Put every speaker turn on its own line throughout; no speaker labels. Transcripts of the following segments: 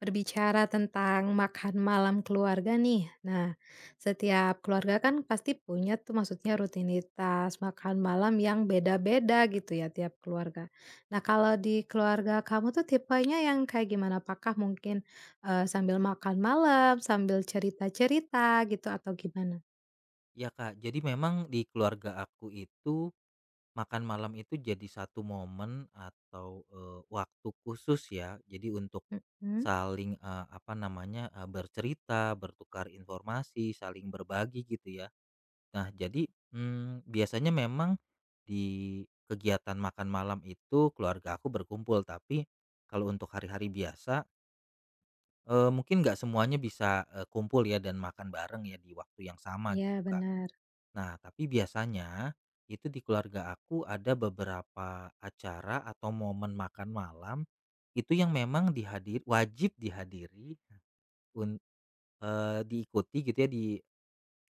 Berbicara tentang makan malam keluarga nih. Nah, setiap keluarga kan pasti punya tuh maksudnya rutinitas makan malam yang beda-beda gitu ya tiap keluarga. Nah, kalau di keluarga kamu tuh tipenya yang kayak gimana? Apakah mungkin, sambil makan malam, sambil cerita-cerita gitu atau gimana?
Ya Kak, jadi memang di keluarga aku itu makan malam itu jadi satu momen atau waktu khusus ya. Jadi untuk
Mhm.
saling apa namanya bercerita, bertukar informasi, saling berbagi gitu ya. Nah, jadi biasanya memang di kegiatan makan malam itu keluarga aku berkumpul, tapi kalau untuk hari-hari biasa mungkin nggak semuanya bisa kumpul ya dan makan bareng ya di waktu yang sama gitu
Ya
Kak.
benar.
Nah, tapi biasanya itu di keluarga aku ada beberapa acara atau momen makan malam itu yang memang dihadir wajib dihadiri un- diikuti gitu ya di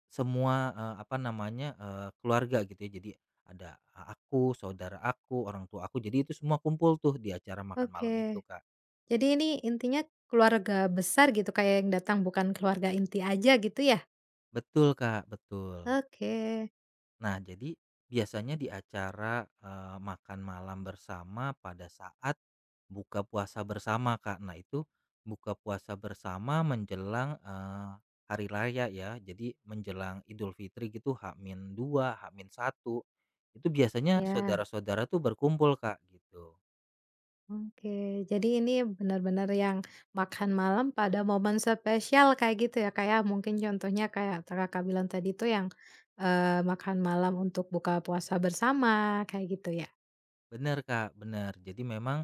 semua apa namanya keluarga gitu ya. Jadi ada aku, saudara aku, orang tua aku. Jadi itu semua kumpul tuh di acara makan malam itu,
Oke.
Kak.
Jadi ini intinya keluarga besar gitu kayak yang datang bukan keluarga inti aja gitu ya?
Betul, Kak, betul.
Oke.
Nah, jadi biasanya di acara, makan malam bersama pada saat buka puasa bersama, Kak. Nah, itu buka puasa bersama menjelang, hari raya ya. Jadi menjelang Idul Fitri gitu h dua h satu. Itu biasanya
Ya.
saudara-saudara tuh berkumpul, Kak, gitu.
Oke, jadi ini benar-benar yang makan malam pada momen spesial kayak gitu ya, kayak mungkin contohnya kayak Kakak bilang tadi tuh yang, makan malam untuk buka puasa bersama kayak gitu ya?
Bener, Kak, bener. Jadi memang,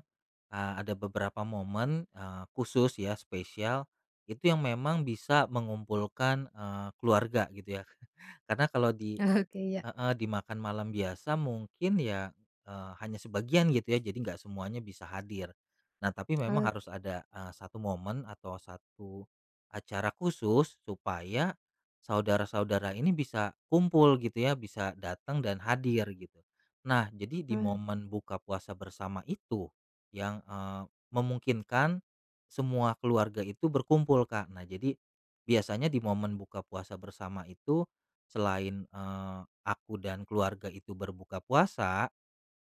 ada beberapa momen, khusus ya, spesial, itu yang memang bisa mengumpulkan, keluarga gitu ya. Karena kalau di,
Oke, ya.
heeh, dimakan malam biasa mungkin ya, hanya sebagian gitu ya jadi nggak semuanya bisa hadir. Nah tapi memang
Eee,
harus ada, satu momen atau satu acara khusus supaya saudara-saudara ini bisa kumpul gitu ya, bisa datang dan hadir gitu. Nah jadi di
eh,
momen buka puasa bersama itu yang, memungkinkan semua keluarga itu berkumpul Kak. Nah jadi biasanya di momen buka puasa bersama itu selain, aku dan keluarga itu berbuka puasa,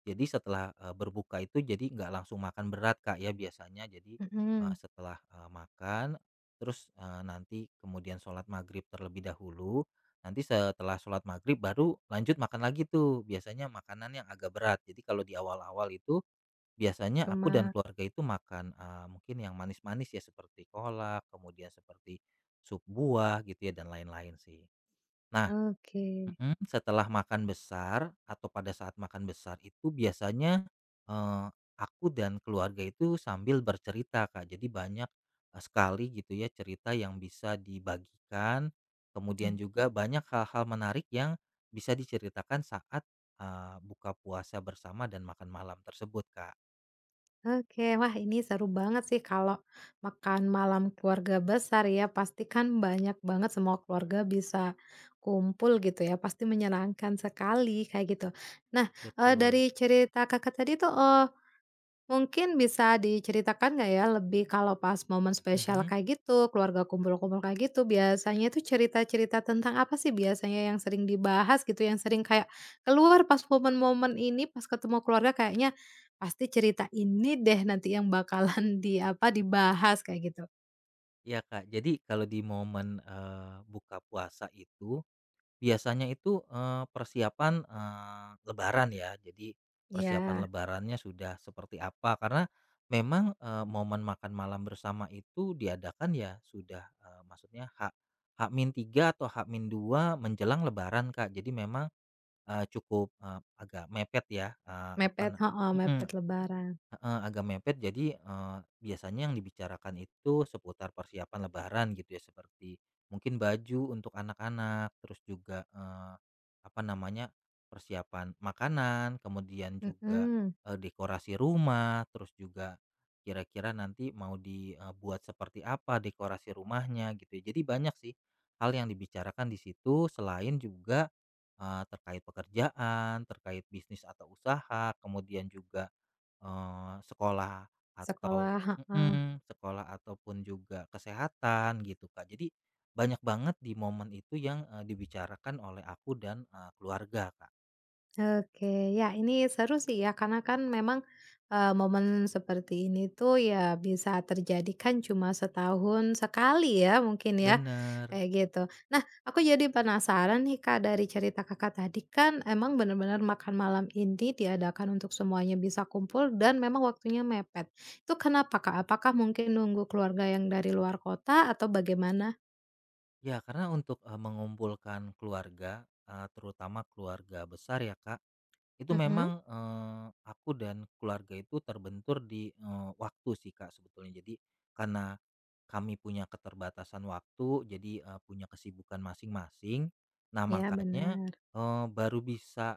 jadi setelah, berbuka itu jadi nggak langsung makan berat, Kak, ya biasanya. Jadi,
mhm,
setelah, makan terus, nanti kemudian sholat maghrib terlebih dahulu, nanti setelah sholat maghrib baru lanjut makan lagi tuh, biasanya makanan yang agak berat. Jadi kalau di awal-awal itu biasanya aku dan
cuma
keluarga itu makan, mungkin yang manis-manis ya seperti kolak, kemudian seperti sup buah gitu ya dan lain-lain sih. Nah,
oke.
mhm, setelah makan besar atau pada saat makan besar itu biasanya, eee, aku dan keluarga itu sambil bercerita, Kak. Jadi banyak, sekali gitu ya cerita yang bisa dibagikan, kemudian juga banyak hal-hal menarik yang bisa diceritakan saat, buka puasa bersama dan makan malam tersebut, Kak.
Oke, wah ini seru banget sih kalau makan malam keluarga besar ya, pasti kan banyak banget semua keluarga bisa kumpul gitu ya, pasti menyenangkan sekali kayak gitu. Nah,
Betul.
dari cerita Kakak tadi tuh, mungkin bisa diceritakan nggak ya lebih kalau pas momen spesial
Mhm.
kayak gitu, keluarga kumpul-kumpul kayak gitu, biasanya itu cerita-cerita tentang apa sih biasanya yang sering dibahas gitu, yang sering kayak keluar pas momen-momen ini, pas ketemu keluarga kayaknya pasti cerita ini deh nanti yang bakalan di apa, dibahas kayak gitu.
Iya, Kak. Jadi kalau di momen, buka puasa itu biasanya itu, persiapan, lebaran ya. Jadi persiapan
Ya
lebarannya sudah seperti apa, karena memang, momen makan malam bersama itu diadakan ya sudah, maksudnya hak hak min tiga atau hak min dua menjelang lebaran, Kak. Jadi memang, cukup, agak mepet ya, apa
mepet
na
heeh,
mhm.
mepet lebaran.
Heeh, agak mepet jadi, biasanya yang dibicarakan itu seputar persiapan lebaran gitu ya seperti mungkin baju untuk anak-anak terus juga, apa namanya, persiapan makanan kemudian juga,
Mhm,
dekorasi rumah terus juga kira-kira nanti mau dibuat seperti apa dekorasi rumahnya gitu ya jadi banyak sih hal yang dibicarakan di situ selain juga, terkait pekerjaan, terkait bisnis atau usaha kemudian juga sekolah atau
sekolah, heeh.
mhm, sekolah ataupun juga kesehatan gitu, Kak. Jadi banyak banget di momen itu yang, dibicarakan oleh aku dan, keluarga, Kak.
Oke, ya ini seru sih ya karena kan memang, momen seperti ini tuh ya bisa terjadi kan cuma setahun sekali ya mungkin ya,
Bener.
kayak gitu. Nah aku jadi penasaran nih Kak dari cerita Kakak tadi kan emang benar-benar makan malam ini diadakan untuk semuanya bisa kumpul dan memang waktunya mepet. Itu kenapa Kak? Apakah mungkin nunggu keluarga yang dari luar kota atau bagaimana?
Ya, karena untuk, mengumpulkan keluarga, terutama keluarga besar ya, Kak. Itu
Mhm,
memang, aku dan keluarga itu terbentur di, waktu sih, Kak, sebetulnya. Jadi karena kami punya keterbatasan waktu, jadi, punya kesibukan masing-masing. Nah,
ya
makanya,
benar,
baru bisa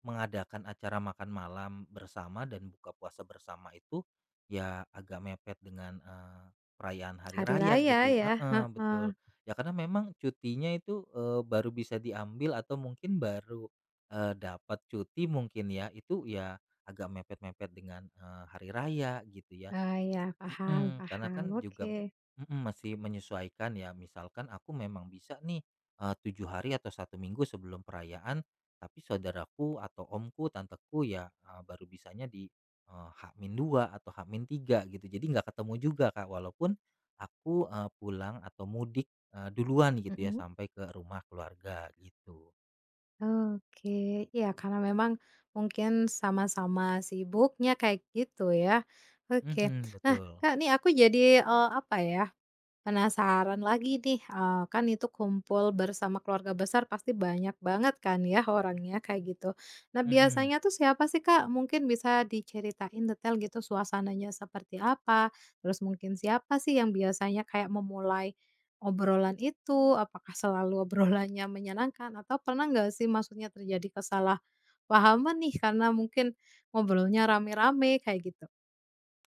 mengadakan acara makan malam bersama dan buka puasa bersama itu, ya agak mepet dengan, perayaan hari
hari
raya
raya
gitu ya
ya,
heeh,
heeh.
betul. Ya karena memang cutinya itu, baru bisa diambil atau mungkin baru, dapat cuti mungkin ya, itu ya agak mepet-mepet dengan, hari raya gitu ya.
Ah, ya paham
Mhm, karena kan
paham,
juga
oke.
mhm, masih menyesuaikan ya, misalkan aku memang bisa nih, 7 hari atau satu minggu sebelum perayaan, tapi saudaraku atau omku, tanteku ya, baru bisanya di, h dua atau h tiga gitu. Jadi nggak ketemu juga, Kak, walaupun aku, pulang atau mudik, duluan gitu ya
Mhm.
sampai ke rumah keluarga gitu.
Oke, ya karena memang mungkin sama-sama sibuknya kayak gitu ya, oke.
Mhm,
Nah
betul.
Kak, nih aku jadi, apa ya, penasaran lagi nih, kan itu kumpul bersama keluarga besar pasti banyak banget kan ya orangnya kayak gitu. Nah
Mhm.
biasanya tuh siapa sih Kak? Mungkin bisa diceritain detail gitu suasananya seperti apa? Terus mungkin siapa sih yang biasanya kayak memulai obrolan itu? Apakah selalu obrolannya menyenangkan? Atau pernah nggak sih maksudnya terjadi kesalahpahaman nih karena mungkin ngobrolnya rame-rame kayak gitu?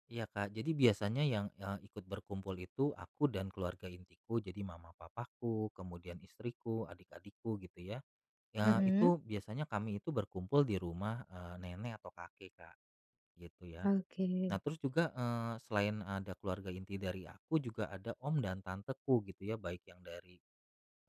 Iya Kak, jadi biasanya yang, ikut berkumpul itu aku dan keluarga intiku, jadi mama papaku, kemudian istriku, adik-adikku gitu ya. Ya itu
Mhm.
biasanya kami itu berkumpul di rumah, nenek atau kakek Kak, gitu ya.
Oke.
Nah terus juga, selain ada keluarga inti dari aku juga ada om dan tanteku gitu ya, baik yang dari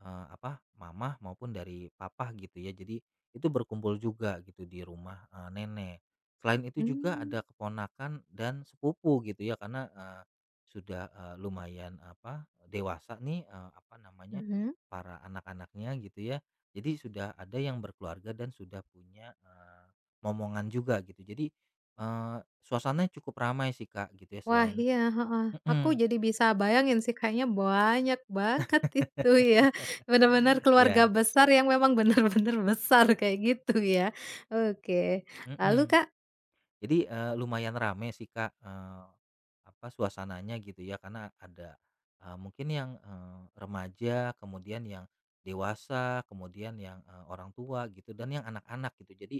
Mama maupun dari papa gitu ya. Jadi itu berkumpul juga gitu di rumah, nenek. Selain itu juga
Mmm.
ada keponakan dan sepupu gitu ya karena, sudah, lumayan apa, dewasa nih, apa namanya,
Mhm.
para anak-anaknya gitu ya. Jadi sudah ada yang berkeluarga dan sudah punya, momongan juga gitu. Jadi, suasananya cukup ramai sih Kak gitu ya
Wah,
selain
iya, heeh. Aku
mm-mm.
jadi bisa bayangin sih kayaknya banyak banget itu ya, benar-benar keluarga
Ya,
besar yang memang benar-benar besar kayak gitu ya. Oke,
iya,
lalu
mhm.
Kak,
Jadi, lumayan rame sih, Kak, suasananya gitu ya, karena ada, mungkin yang, remaja, kemudian yang dewasa, kemudian yang, orang tua gitu, dan yang anak-anak gitu. Jadi,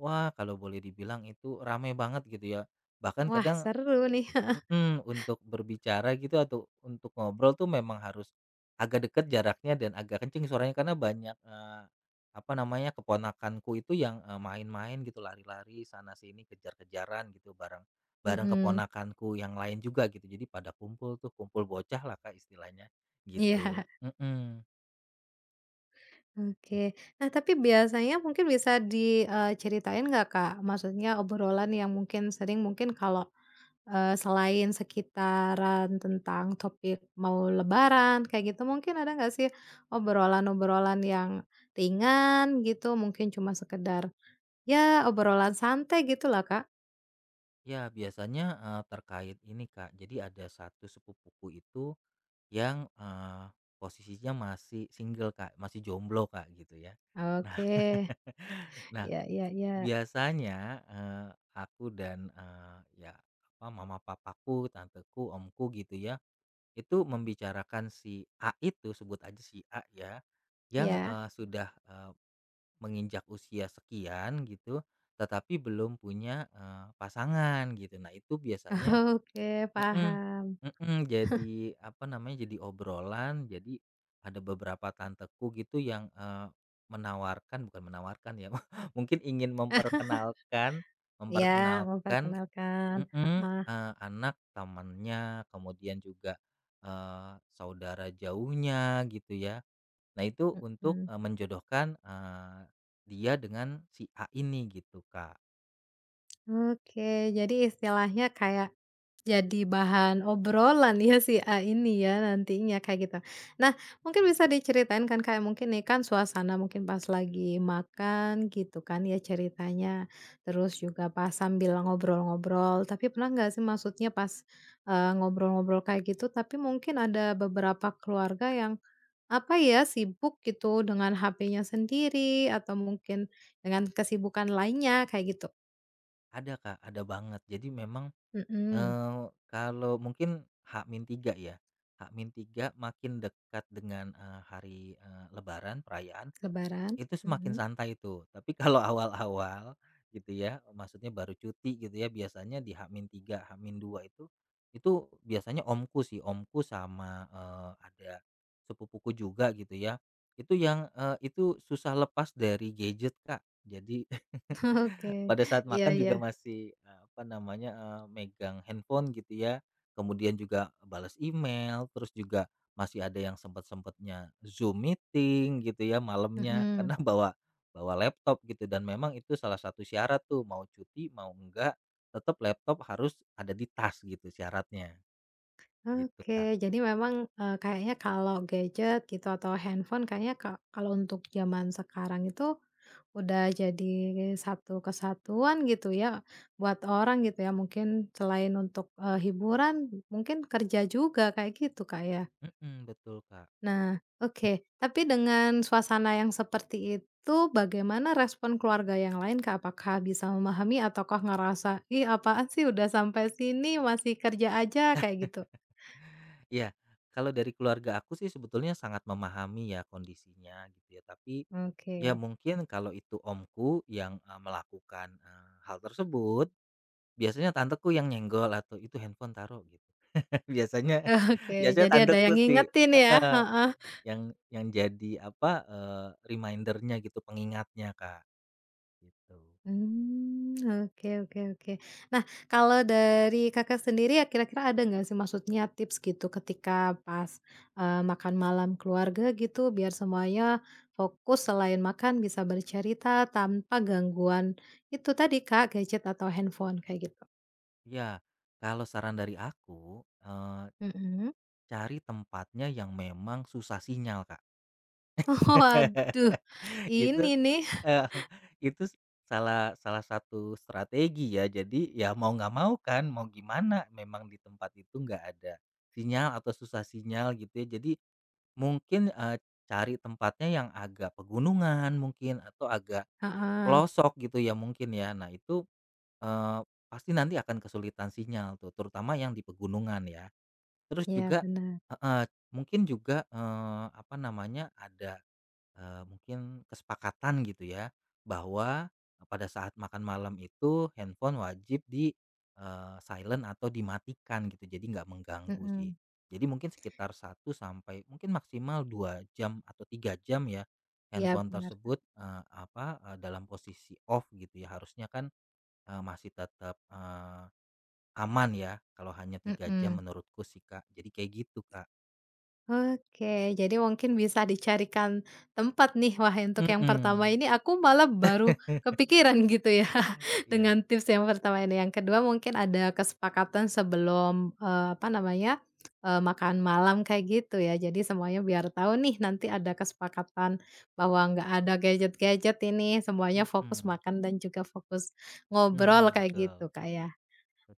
wah kalau boleh dibilang itu rame banget gitu ya. Bahkan
wah
kadang
seru nih,
mhm, untuk berbicara gitu atau untuk ngobrol tuh memang harus agak deket jaraknya dan agak kenceng suaranya karena banyak, apa namanya, keponakanku itu yang, main-main gitu lari-lari sana sini kejar-kejaran gitu bareng bareng
mhm,
keponakanku yang lain juga gitu. Jadi pada kumpul tuh, kumpul bocah lah Kak istilahnya gitu.
iya,
Mhm.
oke. Nah tapi biasanya mungkin bisa diceritain nggak Kak, maksudnya obrolan yang mungkin sering mungkin kalau selain sekitaran tentang topik mau lebaran kayak gitu, mungkin ada nggak sih obrolan-obrolan yang ringan gitu, mungkin cuma sekedar ya obrolan santai gitulah, Kak?
Ya biasanya, terkait ini Kak, jadi ada satu sepupuku itu yang, posisinya masih single, Kak, masih jomblo, Kak, gitu ya. Nah,
Oke,
nah
ya ya ya.
biasanya, aku dan, eee, ya apa mama papaku, tanteku, omku gitu ya, itu membicarakan si A itu, sebut aja si A ya, yang,
Ya,
sudah, menginjak usia sekian gitu, tetapi belum punya, pasangan gitu. Nah itu biasanya
oke
mhm,
paham.
mhm, jadi apa namanya, jadi obrolan, jadi ada beberapa tanteku gitu yang, menawarkan bukan menawarkan ya, mungkin ingin
Eh,
memperkenalkan
ya,
memperkenalkan
memperkenalkan,
mhm,
heeh,
anak temannya, kemudian juga, saudara jauhnya gitu ya. Nah itu untuk,
mhm.
menjodohkan, dia dengan si A ini gitu, Kak.
Oke, jadi istilahnya kayak jadi bahan obrolan ya si A ini ya nantinya kayak gitu. Nah mungkin bisa diceritain kan kayak mungkin nih kan suasana mungkin pas lagi makan gitu kan ya ceritanya, terus juga pas sambil ngobrol-ngobrol tapi pernah nggak sih maksudnya pas, ngobrol-ngobrol kayak gitu tapi mungkin ada beberapa keluarga yang, apa ya, sibuk gitu dengan HP-nya sendiri atau mungkin dengan kesibukan lainnya kayak gitu?
Ada, Kak, ada banget. Jadi memang
Mhm,
Kalau mungkin h tiga ya, h tiga makin dekat dengan, hari, lebaran perayaan,
lebaran?
itu semakin
Mhm.
santai itu. Tapi kalau awal-awal gitu ya, maksudnya baru cuti gitu ya, biasanya di H-3, h dua itu biasanya omku sih, omku sama, ada sepupuku juga gitu ya, itu yang, itu susah lepas dari gadget Kak. Jadi
Oke,
pada saat
iya
makan
iya,
juga masih, apa namanya, megang handphone gitu ya, kemudian juga balas email, terus juga masih ada yang sempat-sempatnya Zoom meeting gitu ya malamnya,
mhm.
karena bawa bawa laptop gitu dan memang itu salah satu syarat tuh mau cuti mau enggak, tetap laptop harus ada di tas gitu syaratnya, gitu
Oke,
Kak.
jadi memang, kayaknya kalau gadget gitu atau handphone kayaknya kalau untuk zaman sekarang itu udah jadi satu kesatuan gitu ya buat orang gitu ya, mungkin selain untuk, hiburan mungkin kerja juga kayak gitu, Kak, ya?
Mhm, betul Kak.
Nah, oke. Tapi dengan suasana yang seperti itu, bagaimana respon keluarga yang lain, Kak? Apakah bisa memahami ataukah ngerasa, "Ih, apaan sih udah sampai sini masih kerja aja?" Kayak gitu?
Iya, kalau dari keluarga aku sih sebetulnya sangat memahami ya kondisinya gitu ya, tapi ya
Oke.
mungkin kalau itu omku yang, melakukan, hal tersebut, biasanya tanteku yang nyenggol atau, "Itu handphone taruh," gitu. Biasanya
Oke,
biasanya
jadi ada yang
tanteku sih
ngingetin ya?
heeh,
Heeh.
yang jadi apa, reminder gitu, pengingatnya, Kak, gitu.
Mmm, oke oke oke. Nah, kalau dari Kakak sendiri ya kira-kira ada nggak sih maksudnya tips gitu ketika pas, makan malam keluarga gitu biar semuanya fokus selain makan bisa bercerita tanpa gangguan itu tadi Kak, gadget atau handphone kayak gitu?
Ya kalau saran dari aku,
Mhm.
cari tempatnya yang memang susah sinyal, Kak.
Oh waduh,
Itu,
ini nih
eee, itu s- salah salah satu strategi ya. Jadi ya mau nggak mau kan, mau gimana memang di tempat itu nggak ada sinyal atau susah sinyal gitu ya. Jadi mungkin, cari tempatnya yang agak pegunungan mungkin atau agak
heeh,
pelosok gitu ya mungkin ya. Nah itu, eee, pasti nanti akan kesulitan sinyal tuh, terutama yang di pegunungan ya. Terus
iya
juga
bener,
heeh, mungkin juga, apa namanya, ada mungkin kesepakatan gitu ya, bahwa pada saat makan malam itu handphone wajib di, silent atau dimatikan gitu, jadi nggak mengganggu sih.
mhm,
Jadi mungkin sekitar satu sampai mungkin maksimal 2 jam atau 3 jam ya,
iya
handphone
bener Kak,
tersebut, dalam posisi off gitu ya, harusnya kan, masih tetap, aman ya kalau hanya tiga
mhm.
jam menurutku sih, Kak. Jadi kayak gitu, Kak.
Oke, jadi mungkin bisa dicarikan tempat nih. Wah, untuk yang pertama
Mhm.
ini aku malah baru kepikiran gitu ya,
Iya.
dengan tips yang pertama ini. Yang kedua mungkin ada kesepakatan sebelum, apa namanya, makan malam kayak gitu ya. Jadi semuanya biar tahu nih nanti ada kesepakatan bahwa nggak ada gadget-gadget ini, semuanya fokus
Mhm.
makan dan juga fokus ngobrol
Mhm,
kayak
betul.
gitu, Kak, ya.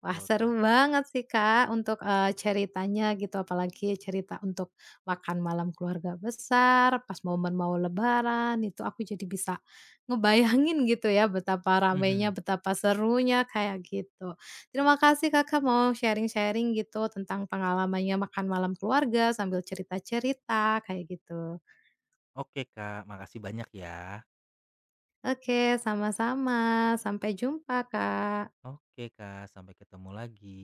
Wah, seru
Kak.
banget sih, Kak, untuk, ceritanya gitu, apalagi cerita untuk makan malam keluarga besar, pas momen mau lebaran, itu aku jadi bisa ngebayangin gitu ya, betapa ramainya,
Mhm.
betapa serunya, kayak gitu. Terima kasih Kakak mau sharing-sharing gitu tentang pengalamannya makan malam keluarga sambil cerita-cerita, kayak gitu.
Oke, Kak, makasih banyak ya.
Oke, sama-sama. Sampai jumpa, Kak.
Oke, Kak, sampai ketemu lagi.